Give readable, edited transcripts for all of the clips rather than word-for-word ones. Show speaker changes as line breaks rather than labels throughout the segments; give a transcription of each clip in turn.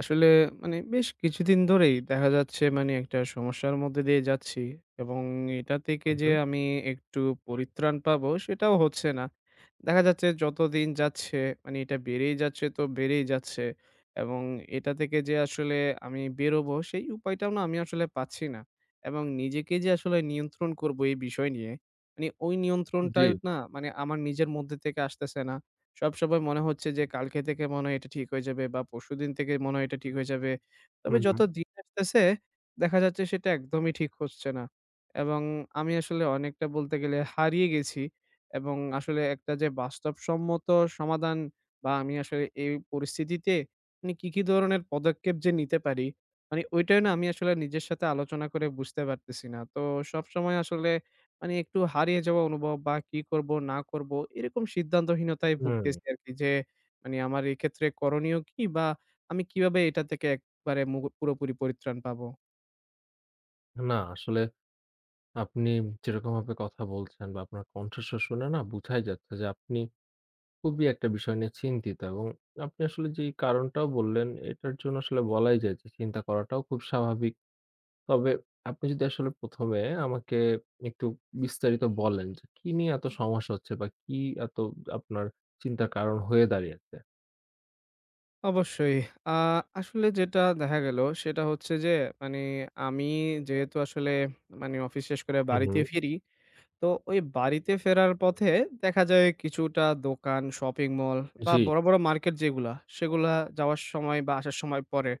আসলে মানে বেশ কিছুদিন ধরেই দেখা যাচ্ছে মানে একটা সমস্যার মধ্যে দিয়ে যাচ্ছি এবং এটা থেকে
হুম,
যে
হুম।
আমি একটু পরিত্রাণ পাবো সেটাও হচ্ছে না। দেখা যাচ্ছে যতদিন যাচ্ছে মানে এটা বেড়েই যাচ্ছে তো বেড়েই যাচ্ছে, এবং এটা থেকে যে আসলে আমি বেরোবো সেই উপায়টাও না আমি আসলে পাচ্ছি না। এবং নিজেকে যে আসলে নিয়ন্ত্রণ করবো এই বিষয় নিয়ে মানে ওই
জি।
নিয়ন্ত্রণটাই না মানে আমার নিজের মধ্যে থেকে আসতেছে না। সবসময় মনে হচ্ছে যে কালকে থেকে মনে হয় এটা ঠিক হয়ে যাবে বা পরশুদিন থেকে মনে হয় এটা ঠিক হয়ে যাবে। তবে যত
হুম,
দিন আসতেছে, দেখা যাচ্ছে সেটা একদমই ঠিক হচ্ছে না। এবং আমি আসলে অনেকটা বলতে গেলে হারিয়ে গেছি, এবং আসলে একটা যে বাস্তবসম্মত সমাধান বা আমি আসলে এই পরিস্থিতিতে মানে কি, কি ধরনের পদক্ষেপ যে নিতে পারি, মানে ওইটাই না আমি আসলে নিজের সাথে আলোচনা করে বুঝতে পারতেছি না। তো সবসময় আসলে মানে একটু হারিয়ে যাওয়া অনুভব বা কি করব না করব, এরকম সিদ্ধান্তহীনতায়
হুম।
ভুগতেছি আরকি, যে মানে আমার এক্ষেত্রে করণীয় কি, বা আমি কিভাবে এটা থেকে একবারে পুরোপুরি পরিত্রাণ পাবো?
না আসলে আপনি যেরকমভাবে কথা বলছেন বা আপনার কণ্ঠস্বর শুনে না বুঝাই যাচ্ছে যে আপনি খুবই একটা বিষয় নিয়ে চিন্তিত এবং আপনি আসলে যেই কারণটাও বললেন এটার জন্য আসলে বলাই যায় যে চিন্তা করাটাও খুব স্বাভাবিক। তবে আপনি যদি আসলে ১ম এ আমাকে একটু বিস্তারিত বলেন যে কি নিয়ে এত সমস্যা হচ্ছে বা কি এত আপনার চিন্তার কারণ হয়ে দাঁড়িয়েছে?
অবশ্যই। আ আসলে যেটা দেখা গেল সেটা হচ্ছে যে, মানে আমি যেহেতু আসলে মানে অফিস শেষ করে
হুম,
বাড়িতে
হুম।
ফিরি, তো ওই বাড়িতে ফেরার পথে দেখা যায় কিছুটা দোকান, শপিং মল বা
জি।
বড়, বড় মার্কেট যেগুলা সেগুলা যাওয়ার সময় বা আসার সময় পড়ে।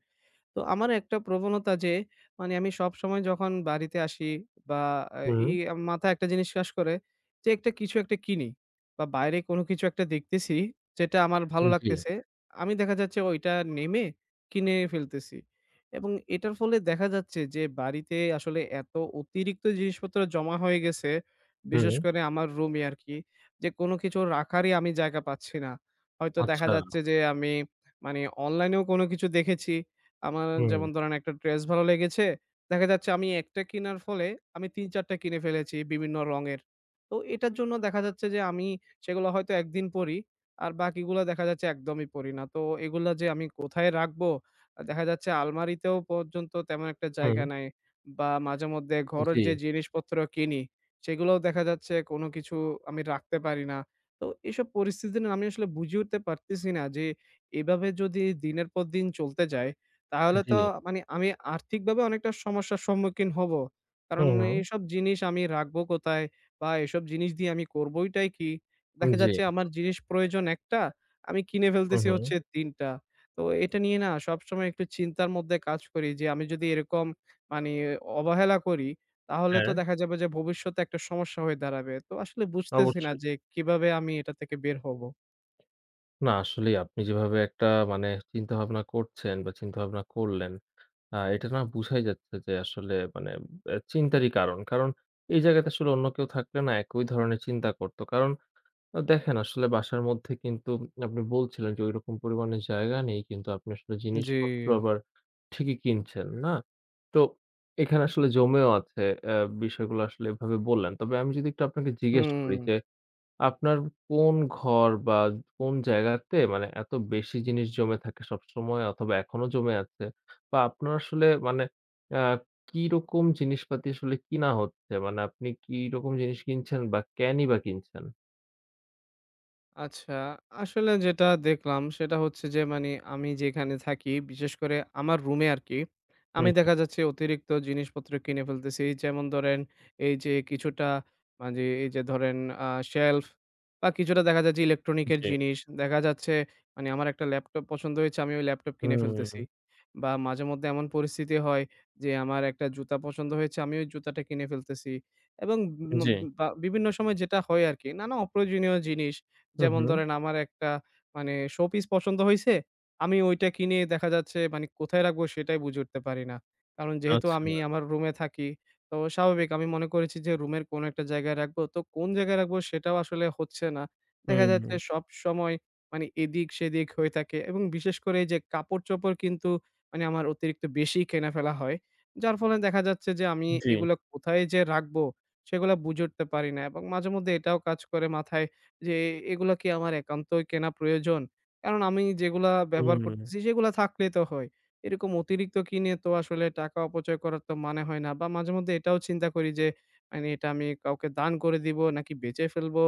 তো আমার একটা প্রবণতা, যে মানে আমি সবসময় যখন বাড়িতে আসি বা আ
হুম,
এই মাথায় একটা জিনিস কাজ করে যে একটা কিছু একটা কিনি, বা বাইরে কোনো কিছু একটা দেখতেছি যেটা আমার ভালো
জি।
লাগতেছে। আমি দেখা যাচ্ছে ওইটা নেমে কিনে ফেলতেছি, এবং এটার ফলে দেখা যাচ্ছে যে বাড়িতে আসলে এত অতিরিক্ত জিনিসপত্র জমা হয়ে গেছে, বিশেষ
হুম।
করে আমার রুমে আরকি, যে কোনো কিছু রাখারই আমি জায়গা পাচ্ছি না। হয়তো দেখা
আচ্ছা।
যাচ্ছে যে আমি মানে অনলাইনেও কোনো কিছু দেখেছি। আমার
হুম,
যেমন ধরেন একটা ড্রেস ভালো লেগেছে। দেখা যাচ্ছে আমি একটা কিনার ফলে আমি ৩-৪ টা কিনে ফেলেছি বিভিন্ন রঙের। তো এটার জন্য দেখা যাচ্ছে যে আমি সেগুলো হয়তো একদিন পড়ি, আর বাকিগুলা দেখা যাচ্ছে একদমই পড়ি না। তো এগুলা যে আমি কোথায় রাখবো? দেখা যাচ্ছে আলমারিতেও পর্যন্ত তেমন একটা
হুম।
জায়গা নাই, বা মাঝেমধ্যে ঘরের
জি।
যে জিনিসপত্র কিনি, সেগুলোও দেখা যাচ্ছে কোনো কিছু আমি রাখতে পারি না। তো এসব পরিস্থিতি না আমি আসলে বুঝে উঠতে পারতেছি না, যে এভাবে যদি দিনের পর দিন চলতে যায়, তাহলে
জি।
তো মানে আমি আর্থিকভাবে অনেকটা সমস্যার সম্মুখীন হব। কারণ
হুম, হুম।
এইসব জিনিস আমি রাখবো কোথায়? বা এসব জিনিস দিয়ে আমি করবোইটাই কি? দেখা
জি।
যাচ্ছে আমার জিনিস প্রয়োজন একটা, আমি কিনে
হুম,
ফেলতেছি
হুম।
হচ্ছে ৩ টা। তো এটা নিয়ে না সবসময় একটু চিন্তার মধ্যে কাজ করি, যে আমি যদি এরকম মানে অবহেলা করি, তাহলে তো
হ্যাঁ,
দেখা যাবে যে ভবিষ্যতে একটা সমস্যা হয়ে দাঁড়াবে। তো আসলে বুঝতেছি না
অবশ্যই।
যে কিভাবে আমি এটা থেকে বের হব?
না আসলেই আপনি যেভাবে একটা মানে চিন্তাভাবনা করছেন বা চিন্তাভাবনা করলেন, এটা না বুঝাই যাচ্ছে যে আসলে মানে চিন্তারই কারণ। কারণ এই জায়গাতে আসলে অন্য কেউ থাকলে না একই ধরনের চিন্তা করত। কারণ দেখেন আসলে বাসার মধ্যে কিন্তু আপনি বলছিলেন যে ঐরকম পরিমাণে জায়গা নেই কিন্তু আপনি আসলে
জি।
জিনিসপত্র আবার ঠিকই কিনছেন, না? তো এখানে আসলে জমেও আছে বিষয়গুলো আসলে এভাবে বললেন। তবে আমি যদি একটু আপনাকে জিজ্ঞেস
হুম।
করি যে আপনার কোন ঘর বা কোন জায়গাতে মানে এত বেশি জিনিস জমে থাকে সবসময় অথবা এখনো জমে আছে? বা আপনার আসলে মানে অ্যা কিরকম জিনিসপাতি আসলে কিনা হচ্ছে? মানে আপনি কিরকম জিনিস কিনছেন বা কেনই বা কিনছেন?
আচ্ছা, আসলে যেটা দেখলাম সেটা হচ্ছে যে, মানে আমি যেখানে থাকি, বিশেষ করে আমার রুমে আরকি, আমি
হুম,
দেখা যাচ্ছে অতিরিক্ত জিনিসপত্র কিনে ফেলতেছি। যেমন ধরেন এই যে কিছুটা মানে এই যে ধরেন আ শেলফ, বা কিছুটা দেখা যায় যে ইলেকট্রনিকের
জি।
জিনিস। দেখা যাচ্ছে মানে আমার একটা ল্যাপটপ পছন্দ হয়েছে, আমি ওই ল্যাপটপ কিনে
হুম,
ফেলতেছি। বা মাঝেমধ্যে এমন পরিস্থিতি হয়, যে আমার একটা জুতা পছন্দ হয়েছে, আমি ওই জুতাটা কিনে ফেলতেছি। এবং উম
জি।
বা বিভিন্ন সময় যেটা হয় আরকি, নানা অপ্রয়োজনীয় জিনিস,
হু,
যেমন
হু।
ধরেন আমার একটা মানে শোপিস পছন্দ হইছে। আমি ওইটা কিনে দেখা যাচ্ছে মানে কোথায় রাখবো সেটাই বুঝে উঠতে পারি না। কারণ যেহেতু
আচ্ছা।
আমি আমার রুমে থাকি, তো স্বাভাবিক আমি মনে করেছি যে রুমের কোনো একটা জায়গায় রাখবো। তো কোন জায়গায় রাখবো সেটাও আসলে হচ্ছে না। দেখা যাচ্ছে
হুম,
সবসময় মানে এদিক-সেদিক হয়ে থাকে, এবং বিশেষ করে এই যে কাপড়-চোপড় কিন্তু মানে আমার অতিরিক্ত বেশি কেনা ফেলা হয়। যার ফলে দেখা যাচ্ছে যে আমি
জি।
এগুলা কোথায় যে রাখবো সেগুলা বুঝে উঠতে পারি না, এবং মাঝেমধ্যে এটাও কাজ করে মাথায় যে এগুলা কি আমার একান্তই কেনা প্রয়োজন? কারণ আমি যেগুলা ব্যবহার
হুম,
করতেছি সেগুলা থাকলেই তো হয়। এরকম অতিরিক্ত কিনে তো আসলে টাকা অপচয় করার তো মানে হয় না। বা মাঝেমধ্যে এটাও চিন্তা করি যে, মানে এটা আমি কাউকে দান করে দিব নাকি বেচে ফেলবো।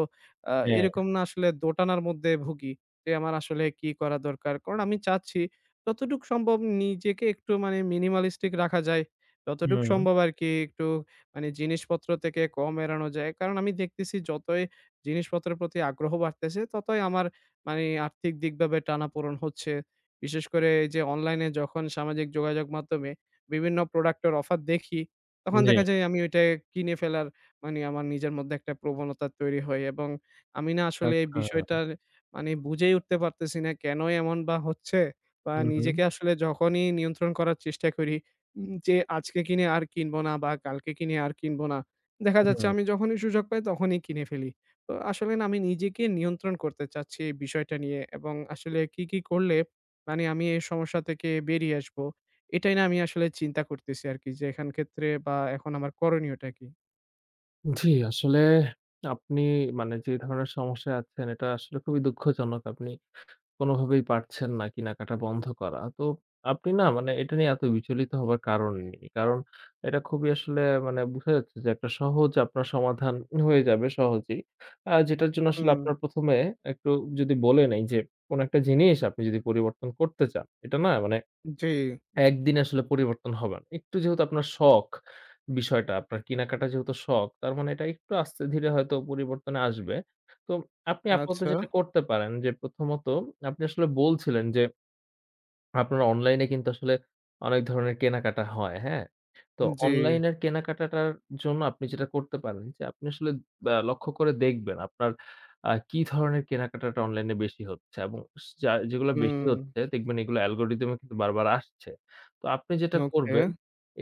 আ
হ্যাঁ।
এরকম না আসলে দোটানার মধ্যে ভুগি যে আমার আসলে কি করা দরকার। কারণ আমি চাচ্ছি যতটুক সম্ভব নিজেকে একটু মানে minimalistic রাখা যায়। যতটুক
হুম,
সম্ভব আরকি একটু মানে জিনিসপত্র থেকে কম এড়ানো যায়। কারণ আমি দেখতেছি যতই জিনিসপত্রের প্রতি আগ্রহ বাড়তেছে, ততই আমার মানে আর্থিক দিকভাবে টানাপোড়ন হচ্ছে। বিশেষ করে এই যে অনলাইনে যখন সামাজিক যোগাযোগ মাধ্যমে বিভিন্ন প্রোডাক্টের অফার দেখি, তখন
জি।
দেখা যায় আমি ওইটা কিনে ফেলার মানে আমার নিজের মধ্যে একটা প্রবণতা তৈরি হয়, এবং আমি না আসলে এই
আচ্ছা।
বিষয়টার মানে বুঝেই উঠতে পারতেছি না কেন এমন বা হচ্ছে। বা
হু, হু,
নিজেকে আসলে যখনই নিয়ন্ত্রণ করার চেষ্টা করি, যে আজকে কিনে আর কিনব না বা কালকে কিনে আর কিনব না, দেখা যাচ্ছে
হুম।
আমি যখনই সুযোগ পাই তখনই কিনে ফেলি। তো আসলে না আমি নিজেকে নিয়ন্ত্রণ করতে চাচ্ছি এই বিষয়টা নিয়ে, এবং আসলে কি, কি করলে মানে আমি এই সমস্যা থেকে বেরিয়ে আসবো? এটাই না আমি আসলে চিন্তা করতেছি আরকি, যে এখান ক্ষেত্রে বা এখন আমার করণীয়টা কি?
জি, আসলে আপনি মানে যে ধরনের সমস্যায় আছেন এটা আসলে খুবই দুঃখজনক। আপনি কোনোভাবেই পারছেন না কেনাকাটা বন্ধ করা। তো আপনি না মানে এটা নিয়ে এত বিচলিত হবার কারণ নেই। কারণ এটা খুবই আসলে মানে বুঝা যাচ্ছে যে একটা সহজ আপনার সমাধান হয়ে যাবে সহজেই। যেটার জন্য আসলে
হুম,
আপনার ১ম এ একটু যদি বলে নেই যে, কোন একটা জিনিস আপনি যদি পরিবর্তন করতে চান, এটা না মানে
জি,
একদিনে আসলে পরিবর্তন হবে না। একটু যেহেতু আপনার শখ বিষয়টা, আপনার কেনাকাটা যেহেতু শখ, তার মানে এটা একটু আস্তে ধীরে হয়তো পরিবর্তন আসবে। তো আপনি আপাতত
আচ্ছা,
যেটা করতে পারেন যে প্রথমত আপনি আসলে বলছিলেন যে আপনার অনলাইনে কিন্তু আসলে অনেক ধরনের কেনাকাটা হয়, হ্যাঁ? তো
জি,
অনলাইনের কেনাকাটাটার জন্য আপনি যেটা করতে পারেন যে আপনি আসলে লক্ষ্য করে দেখবেন আপনার কি ধরনের কেনাকাটাটা অনলাইনে বেশি হচ্ছে এবং যা যেগুলো বেশি
হুম,
হচ্ছে দেখবেন এগুলো অ্যালগরিদম এ কিন্তু বারবার আসছে। তো আপনি যেটা
ওকে,
করবেন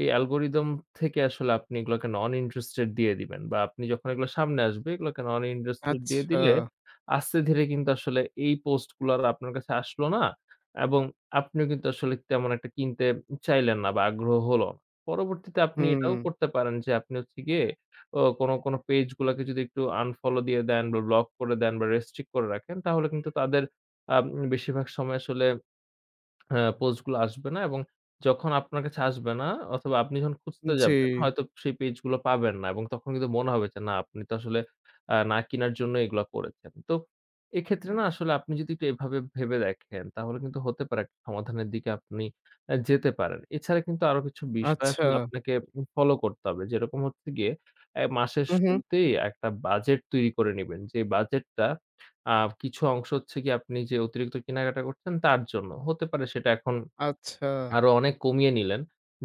এই অ্যালগরিদম থেকে আসলে আপনি এগুলোকে নন ইন্টারেস্টেড দিয়ে দিবেন বা আপনি যখন এগুলো সামনে আসবে এগুলোকে নন ইন্টারেস্টেড দিয়ে
আচ্ছা,
দিলে আস্তে ধীরে কিন্তু আসলে এই পোস্ট গুলো আর আপনার কাছে আসলো না এবং আপনিও কিন্তু আসলে তেমন একটা কিনতে চাইলেন না বা আগ্রহ হলো না। পরবর্তীতে আপনি
হুম,
এটাও করতে পারেন যে আপনি হচ্ছে গিয়ে ও কোন, কোন পেজ গুলাকে যদি একটু আনফলো দিয়ে দেন বা ব্লক করে দেন বা রেস্ট্রিক্ট করে রাখেন তাহলে কিন্তু তাদের আ বেশিরভাগ সময় আসলে হ্যাঁ, পোস্টগুলো আসবে না এবং যখন আপনার কাছে আসবে না অথবা আপনি যখন খুঁজতে
জি,
যাবেন হয়তো সেই পেজগুলো পাবেন না এবং তখন কিন্তু মনে হবে যে না আপনি তো আসলে না কিনার জন্য এগুলা করেছেন। তো এক্ষেত্রে না আসলে আপনি যদি একটু এভাবে ভেবে দেখেন তাহলে কিন্তু হতে পারে একটা সমাধানের দিকে আপনি যেতে পারেন। এছাড়া কিন্তু আরো কিছু বিষয়
আচ্ছা,
আসলে আপনাকে ফলো করতে হবে। যেরকম হচ্ছে গিয়ে এ মাসের
হু, হু,
শুরুতেই একটা বাজেট তৈরি করে নিবেন। যে বাজেটটা আ কিছু অংশ হচ্ছে গিয়ে আপনি যে অতিরিক্ত কেনাকাটা করছেন তার জন্য। হতে পারে সেটা এখন
আচ্ছা,
আরো অনেক কমিয়ে নিলেন।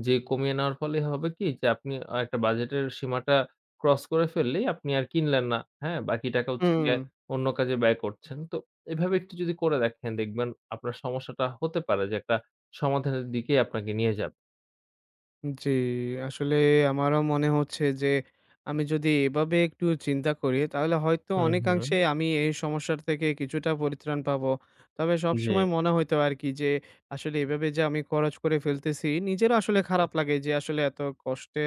যে কমিয়ে নেওয়ার ফলে হবে কি যে আপনি একটা বাজেটের সীমাটা ক্রস করে ফেললেই আপনি আর কিনলেন না। হ্যাঁ? বাকি টাকা হচ্ছে
হুম।
গিয়ে অন্য কাজে ব্যয় করছেন। তো এভাবে একটু যদি করে দেখেন দেখবেন আপনার সমস্যাটা হতে পারে যে একটা সমাধানের দিকেই আপনাকে নিয়ে যাবে।
জি, আসলে আমারও মনে হচ্ছে যে আমি যদি এভাবে একটু চিন্তা করি, তাহলে হয়তো
হুম, হুম।
অনেকাংশে আমি এই সমস্যার থেকে কিছুটা পরিত্রাণ পাবো। তবে
জি।
সবসময় মনে হইতো আরকি, যে আসলে এভাবে যে আমি খরচ করে ফেলতেছি নিজেরও আসলে খারাপ লাগে, যে আসলে এত কষ্টে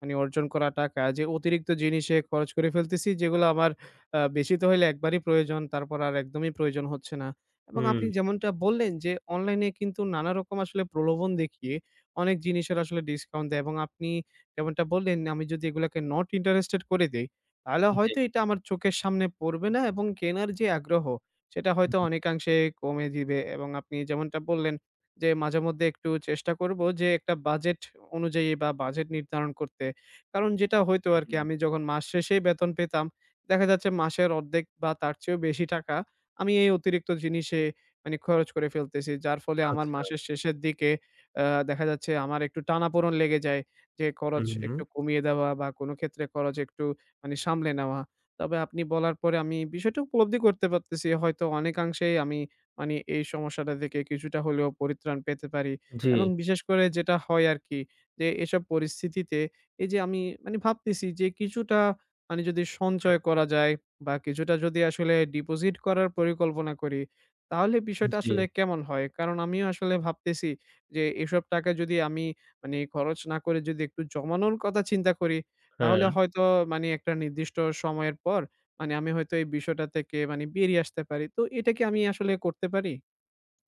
মানে অর্জন করা টাকা যে অতিরিক্ত জিনিসে খরচ করে ফেলতেছি, যেগুলো আমার বেশি তো হইলে একবারই প্রয়োজন, তারপর আর একদমই প্রয়োজন হচ্ছে না। এবং
হুম।
আপনি যেমনটা বললেন যে অনলাইনে কিন্তু নানা রকম আসলে প্রলোভন দেখিয়ে অনেক জিনিসের আসলে ডিসকাউন্ট দেয়, এবং আপনি যেমনটা বললেন, আমি যদি এগুলাকে not interested করে দেই, তাহলে
জি।
হয়তো এটা আমার চোখের সামনে পড়বে না, এবং কেনার যে আগ্রহ, সেটা
হুম,
হয়তো অনেকাংশে কমে দিবে। এবং আপনি যেমনটা বললেন যে, মাঝেমধ্যে একটু চেষ্টা করব যে, একটা বাজেট অনুযায়ী বা বাজেট নির্ধারণ করতে। কারণ যেটা হইতো আরকি,
হুম।
আমি যখন মাস শেষেই বেতন পেতাম, দেখা যাচ্ছে মাসের অর্ধেক বা তার চেয়েও বেশি টাকা আমি এই অতিরিক্ত জিনিসে মানে খরচ করে ফেলতেছি। যার ফলে আমার
আচ্ছা।
মাসের শেষের দিকে আ দেখা যাচ্ছে আমার একটু টানাপোড়েন লেগে যায়, যে খরচ
হুম, হুম।
একটু কমিয়ে দেওয়া, বা কোনো ক্ষেত্রে খরচ একটু মানে সামলে নেওয়া। তবে আপনি বলার পরে আমি বিষয়টা উপলব্ধি করতে পারতেছি। হয়তো অনেকাংশেই আমি মানে এই সমস্যাটা থেকে কিছুটা হলেও পরিত্রাণ পেতে পারি।
জি।
এবং বিশেষ করে যেটা হয় আরকি, যে এসব পরিস্থিতিতে এই যে আমি মানে ভাবতেছি যে কিছুটা মানে যদি সঞ্চয়
হুম,
করা যায়, বা কিছুটা যদি আসলে ডিপোজিট করার পরিকল্পনা করি, তাহলে বিষয়টা
জি।
আসলে কেমন হয়? কারণ আমিও আসলে ভাবতেছি যে, এসব টাকা যদি আমি মানে খরচ না করে যদি একটু জমানোর কথা চিন্তা করি, তাহলে
হ্যাঁ।
হয়তো মানে একটা নির্দিষ্ট সময়ের পর মানে আমি হয়তো এই বিষয়টা থেকে মানে বেরিয়ে আসতে পারি। তো এটা কি আমি আসলে করতে পারি?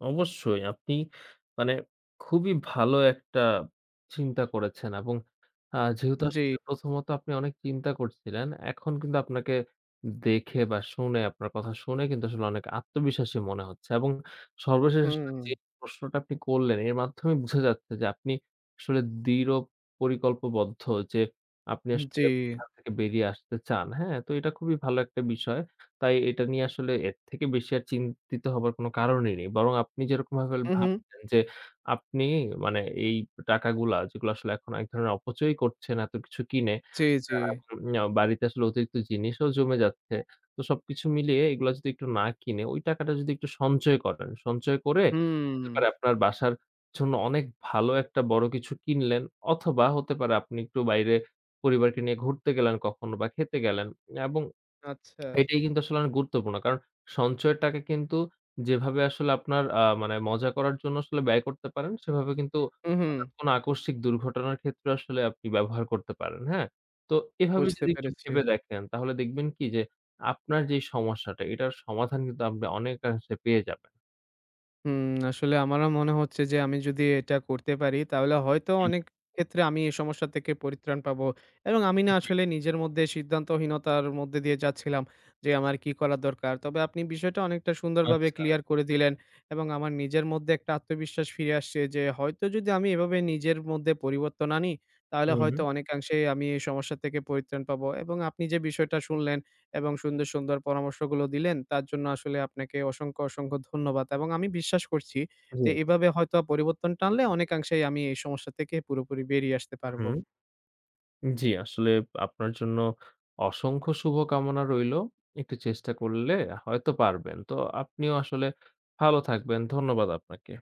অবশ্যই আপনি মানে খুবই ভালো একটা চিন্তা করেছেন এবং যেহেতু
জি।
আসলে প্রথমত আপনি অনেক চিন্তা করছিলেন, এখন কিন্তু আপনাকে দেখে বা শুনে আপনার কথা শুনে কিন্তু আসলে অনেক আত্মবিশ্বাসী মনে হচ্ছে এবং সর্বশেষ আসলে
হুম,
যে প্রশ্নটা আপনি করলেন এর মাধ্যমে বোঝা যাচ্ছে যে আপনি আসলে দৃঢ় পরিকল্পবদ্ধ যে আপনি
জি।
আসলে এখান থেকে বেরিয়ে আসতে চান। হ্যাঁ? তো এটা খুবই ভালো একটা বিষয়। তাই এটা নিয়ে আসলে এর থেকে বেশি আর চিন্তিত হবার কোনো কারণই নেই। বরং আপনি যেরকমভাবে
হু, হু।
ভাবছেন যে, আপনি মানে এই টাকাগুলা যেগুলো আসলে এখন এক ধরনের অপচয়ই করছেন এত কিছু কিনে,
জি, জি।
আ বাড়িতে আসলে অতিরিক্ত জিনিসও জমে যাচ্ছে। তো সবকিছু মিলিয়ে এগুলা যদি একটু না কিনে ওই টাকাটা যদি একটু সঞ্চয় করেন, সঞ্চয় করে
হুম।
হতে পারে আপনার বাসার জন্য অনেক ভালো একটা বড় কিছু কিনলেন অথবা হতে পারে আপনি একটু বাইরে পরিবারকে নিয়ে ঘুরতে গেলেন কখনো বা খেতে গেলেন এবং
আচ্ছা।
এটাই কিন্তু আসলে অনেক গুরুত্বপূর্ণ। কারণ সঞ্চয়ের টাকা কিন্তু যেভাবে আসলে আপনার মানে মজা করার জন্য আসলে ব্যয় করতে পারেন, সেভাবে কিন্তু
উহু,
হঠাৎ কোনো আকস্মিক দুর্ঘটনার ক্ষেত্রে আসলে আপনি ব্যবহার করতে পারেন, হ্যাঁ? তো এভাবে
বুঝতে
যদি একটু
পেরেছি।
ভেবে দেখেন, তাহলে দেখবেন কি যে আপনার যেই সমস্যাটা, এটার সমাধান কিন্তু আপনি অনেকাংশে পেয়ে যাবেন।
হুম, আসলে আমারও মনে হচ্ছে যে, আমি যদি এটা করতে পারি তাহলে হয়তো অনেক ক্ষেত্রে আমি এই সমস্যা থেকে পরিত্রাণ পাবো, এবং আমি না
জি,
আসলে নিজের মধ্যে সিদ্ধান্তহীনতার মধ্যে দিয়ে যাচ্ছিলাম যে আমার কি করা দরকার। তবে আপনি বিষয়টা অনেকটা সুন্দরভাবে
আচ্ছা।
ক্লিয়ার করে দিলেন, এবং আমার নিজের মধ্যে একটা আত্মবিশ্বাস ফিরে আসছে যে, হয়তো যদি আমি এভাবে নিজের মধ্যে পরিবর্তন আনি, তাহলে
হুম,
হয়তো
হুম।
অনেকাংশে আমি এই সমস্যা থেকে পরিত্রাণ পাবো। এবং আপনি যে বিষয়টা শুনলেন এবং সুন্দর, সুন্দর পরামর্শগুলো দিলেন, তার জন্য আসলে আপনাকে অসংখ্য, অসংখ্য ধন্যবাদ। এবং আমি বিশ্বাস করছি
জি,
যে, এভাবে হয়তো পরিবর্তনটা আনলে অনেকাংশেই আমি এই সমস্যা থেকে পুরোপুরি বেরিয়ে আসতে পারব।
হুম। জি, আসলে আপনার জন্য অসংখ্য শুভকামনা রইলো। একটু চেষ্টা করলে হয়তো পারবেন। তো আপনিও আসলে ভালো থাকবেন। ধন্যবাদ আপনাকে।